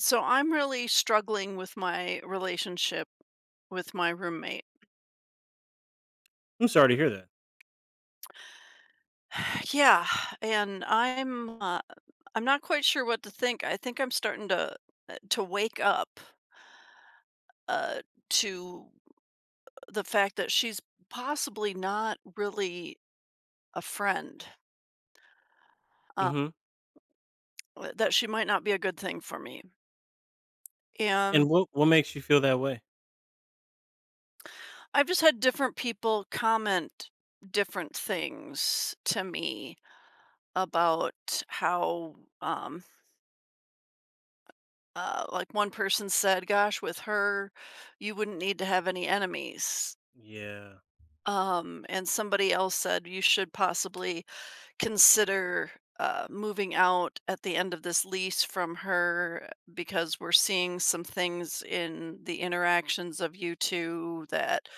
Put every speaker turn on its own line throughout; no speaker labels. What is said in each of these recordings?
So I'm really struggling with my relationship with my roommate.
I'm sorry to hear that.
Yeah, and I'm not quite sure what to think. I think I'm starting to wake up uh, to the fact that she's possibly not really a friend. Uh,
Mhm.
that she might not be a good thing for me.
And
And
what makes you feel that way?
I've just had different people comment different things to me about how um, like one person said, "Gosh, with her, you wouldn't need to have any enemies."
Yeah.
And somebody else said, "You should possibly consider moving out at the end of this lease from her because we're seeing some things in the interactions of you two that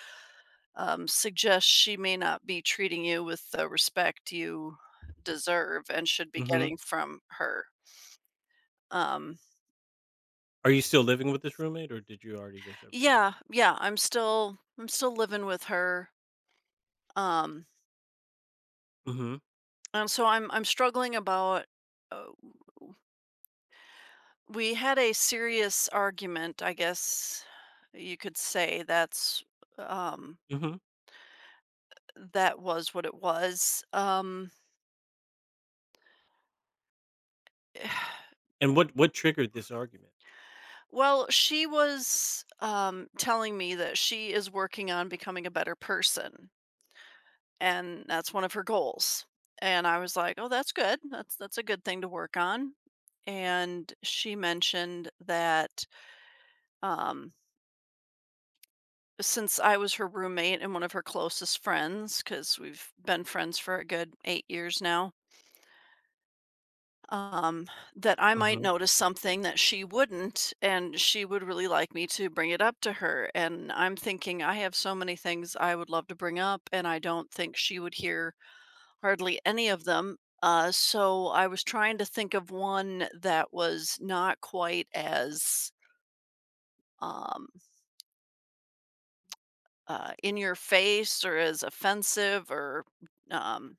suggest she may not be treating you with the respect you deserve and should be
Mhm.
getting from her." Um,
Are you still living with this roommate, or did you already go separate ways?
yeah, yeah, I'm still living with her. Um,
Mhm.
and so I'm struggling about uh, we had a serious argument, I guess you could say that's um
Mhm.
that was what it was.
And what triggered this argument?
Well, she was telling me that she is working on becoming a better person and that's one of her goals. And I was like, "Oh, that's good. That's a good thing to work on." And she mentioned that um since I was her roommate and one of her closest friends, because we've been friends for a good 8 years now, um, that I might
Mhm.
notice something that she wouldn't, and she would really like me to bring it up to her. And I'm thinking, I have so many things I would love to bring up, and I don't think she would hear hardly any of them. So I was trying to think of one that was not quite as um, in your face or as offensive or um,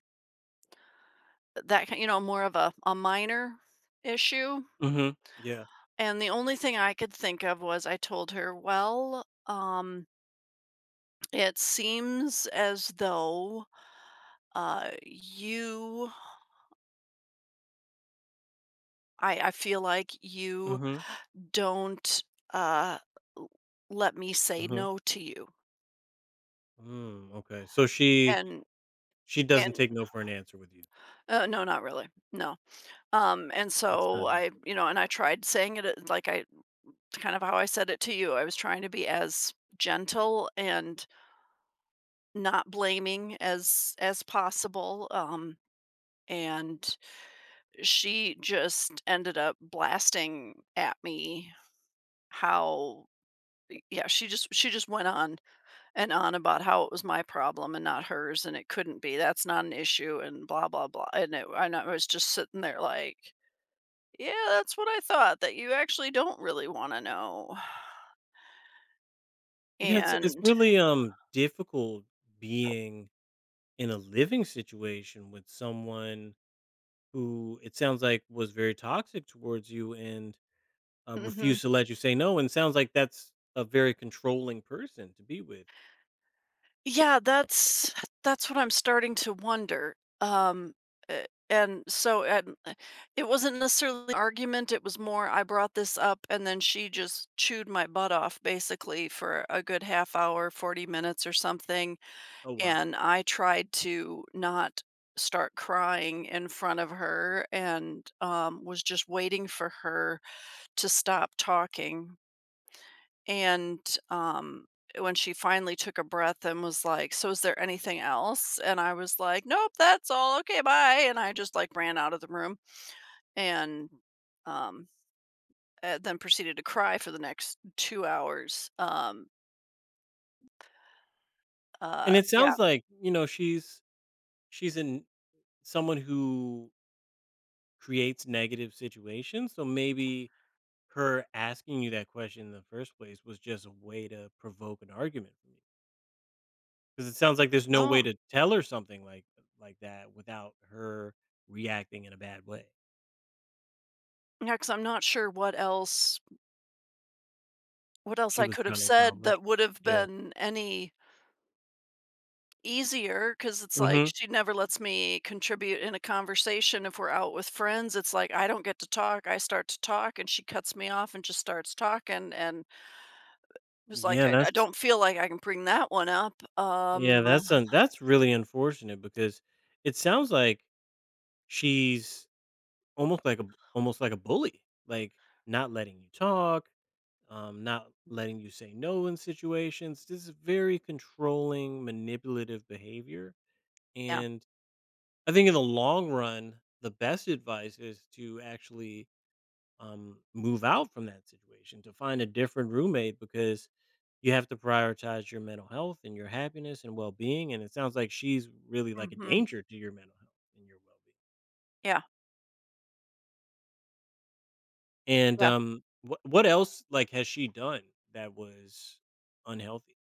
That ki you know, more of a minor issue,
Mhm. Yeah.
and the only thing I could think of was I told her, "Well, it seems as though, you I feel like you
Mhm.
don't, uh, l let me say
Mhm.
no to you."
Mm, okay. So she
And
she doesn't
and
take no for an answer with you.
No, not really, no. And
That's
so
not good.
and I tried saying it, like I kind of how I said it to you, I was trying to be as gentle and not blaming as possible, and she just ended up blasting at me how yeah, she just went on and on about how it was my problem and not hers, and it couldn't be, that's not an issue, and blah, blah, blah, and it and I was just sitting there like, "Yeah, that's what I thought, that you actually don't really wanna know."
Yeah, it's
And
really difficult being in a living situation with someone who it sounds like was very toxic towards you and
Mhm.
refuse to let you say no. And sounds like that's a very controlling person to be with.
Yeah, that's what I'm starting to wonder. A- and so and It wasn't necessarily an argument. It was more I brought this up, and then she just chewed my butt off basically for a good half-hour, 40 minutes or something.
Oh wow!
And I tried to not start crying in front of her and was just waiting for her to stop talking and, um, when she finally took a breath and was like, "So is there anything else?" And I was like, "Nope, that's all. Okay, bye." And I just like ran out of the room and um then proceeded to cry for the next 2 hours.
And it
Yeah.
sounds like you know she's in someone who creates negative situations. So maybe her asking you that question in the first place was just a way to provoke an argument from you. Because it sounds like there's no way
Oh,
to tell her something like that without her reacting in a bad way.
yeah, 'cause I'm not sure what else
She
I
was
could have
trying to
said
accomplish.
that would have
Yeah.
been any easier, cause it's like
Hmm.
she never lets me contribute in a conversation if we're out with friends, it's like I don't get to talk, I start to talk, and she cuts me off and just starts talking, and it's like,
Yeah,
I
that's
don't feel like I can bring that one up,
Yeah, that's really unfortunate because it sounds like she's almost like a almost like a bully, like not letting you talk, not letting you say no in situations. This is very controlling, manipulative behavior.
yeah,
And I think in the long run, the best advice is to actually move out from that situation, to find a different roommate because you have to prioritize your mental health and your happiness and well-being, and it sounds like she's really like a
mhm,
danger to your mental health and your well-being.
yeah,
And
yeah,
what else like has she done that was unhealthy?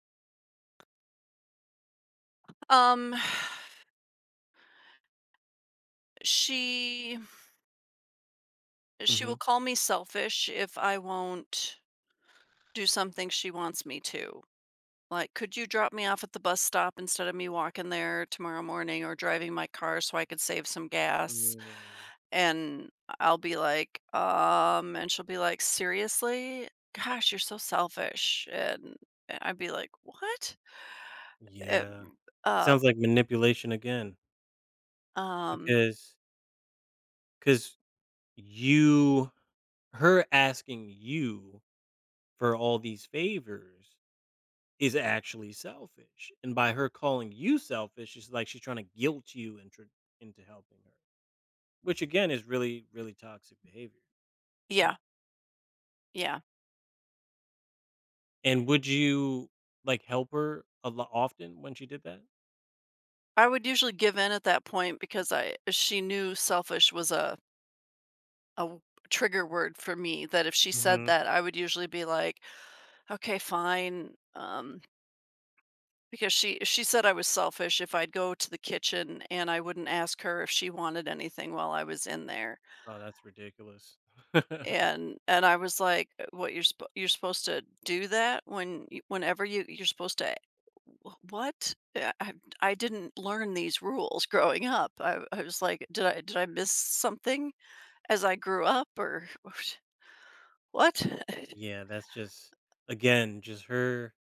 um, she she
Hmm.
will call me selfish if I won't do something she wants me to, like, "Could you drop me off at the bus stop instead of me walking there tomorrow morning or driving my car so I could save some gas?"
Mm,
And I'll be like, and she'll be like, "Seriously? Gosh, you're so selfish." And I'd be like, "What?" It,
yeah, it
uh,
sounds like manipulation again
um,
because because you her asking you for all these favors is actually selfish. And by her calling you selfish, it's like she's trying to guilt you into helping her, which again is really really toxic behavior.
yeah, yeah.
And would you like help her a lot often when she did that?
I would usually give in at that point because I she knew selfish was a w trigger word for me, that if she said
Hmm.
that, I would usually be like, "Okay, fine." Because she said I was selfish if I'd go to the kitchen and I wouldn't ask her if she wanted anything while I was in there.
Oh, that's ridiculous.
And I was like, "What, you're suppo you're supposed to do that whenever you're supposed to" "Wh What?" I didn't learn these rules growing up. I was like, Did I miss something as I grew up or what?"
Yeah, that's just again just her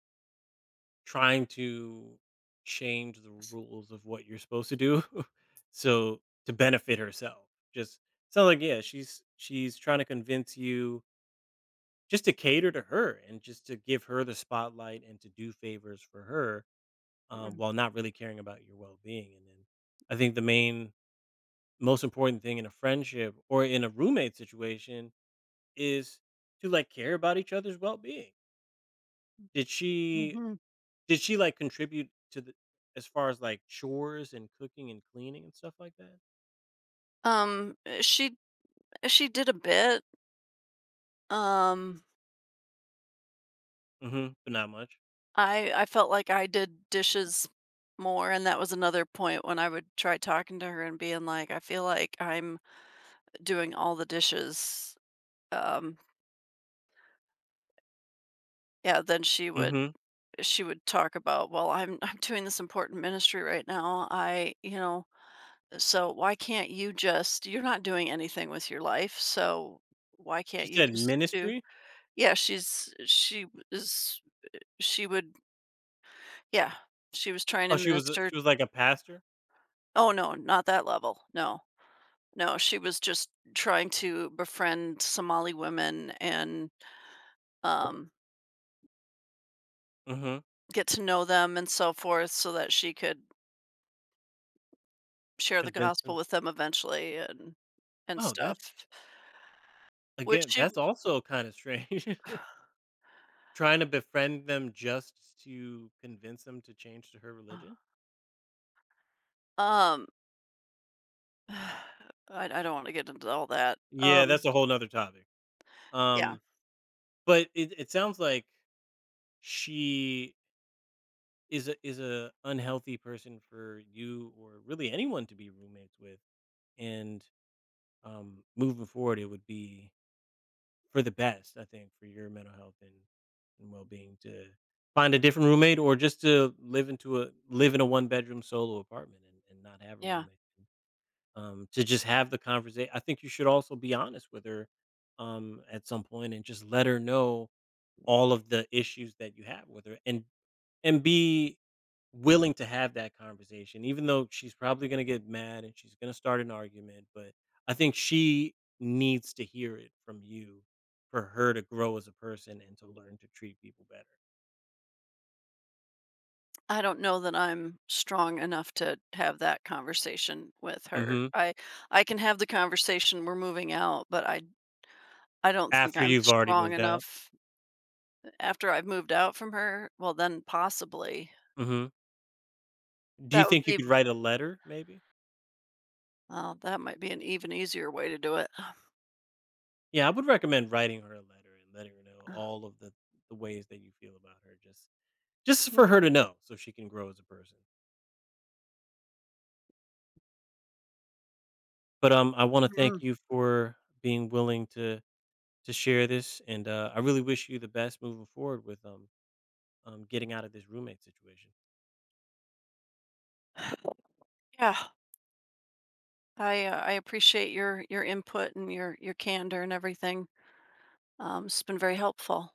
trying to change the rules of what you're supposed to do so to benefit herself. Just sounds like yeah, she's trying to convince you just to cater to her and just to give her the spotlight and to do favors for her, while not really caring about your well-being, and then I think the main most important thing in a friendship or in a roommate situation is to, like, care about each other's well-being. Did she
Mhm.
did she, like, contribute to the as far as, like, chores and cooking and cleaning and stuff like that?
She she did a bit. Um,
Mhm, but not much.
I felt like I did dishes more, and that was another point when I would try talking to her and being like, "I feel like I'm doing all the dishes, um, yeah, then
Mhm.
she would talk about, well, I'm I'm doing this important ministry right now. I, you know, so why can't you just you're not doing anything with your life, so why
She
can't you
said
just do"
ministry?
Yeah, she would yeah, she was trying
Oh,
to
she was a
minister.
she was like a pastor?
Oh, no, not that level. No. No, she was just trying to befriend Somali women and, um,
Mhm.
get to know them and so forth so that she could share the
Convinced
gospel
him.
with them eventually and
Oh, that's
stuff, which
again,
she
that's also kinda strange. Trying to befriend them just to convince them to change to her religion?
um, I I don't wanna get into all that.
Yeah, that's a whole 'nother topic.
Yeah,
Um, but it it sounds like she is a unhealthy person for you or really anyone to be roommates with, and, moving forward, it would be for the best, I think, for your mental health and well being to find a different roommate or just to live in a one bedroom solo apartment, and not have a
yeah.
roommate. To just have the conversation. I think you should also be honest with her at some point and just let her know all of the issues that you have with her, and be willing to have that conversation, even though she's probably gonna get mad and she's gonna start an argument, but I think she needs to hear it from you for her to grow as a person and to learn to treat people better.
I don't know that I'm strong enough to have that conversation with her.
Mhm.
I can have the conversation, "We're moving out," but I don't think
After
I'm
you've already
strong
moved out.
enough after I've moved out from her, well, then possibly.
Mhm. Do you
That would
think you
be
could write a letter maybe?
well, that might be an even easier way to do it.
Yeah, I would recommend writing her a letter and letting her know all of the ways that you feel about her, just for her to know so she can grow as a person. But, I wanna
Mm,
thank
mm.
you for being willing to share this, and I really wish you the best moving forward with getting out of this roommate situation.
Yeah. I appreciate your input and your candor and everything. It's been very helpful.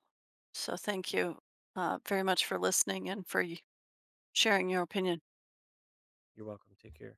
So thank you very much for listening and for sharing your opinion.
You're welcome. Take care.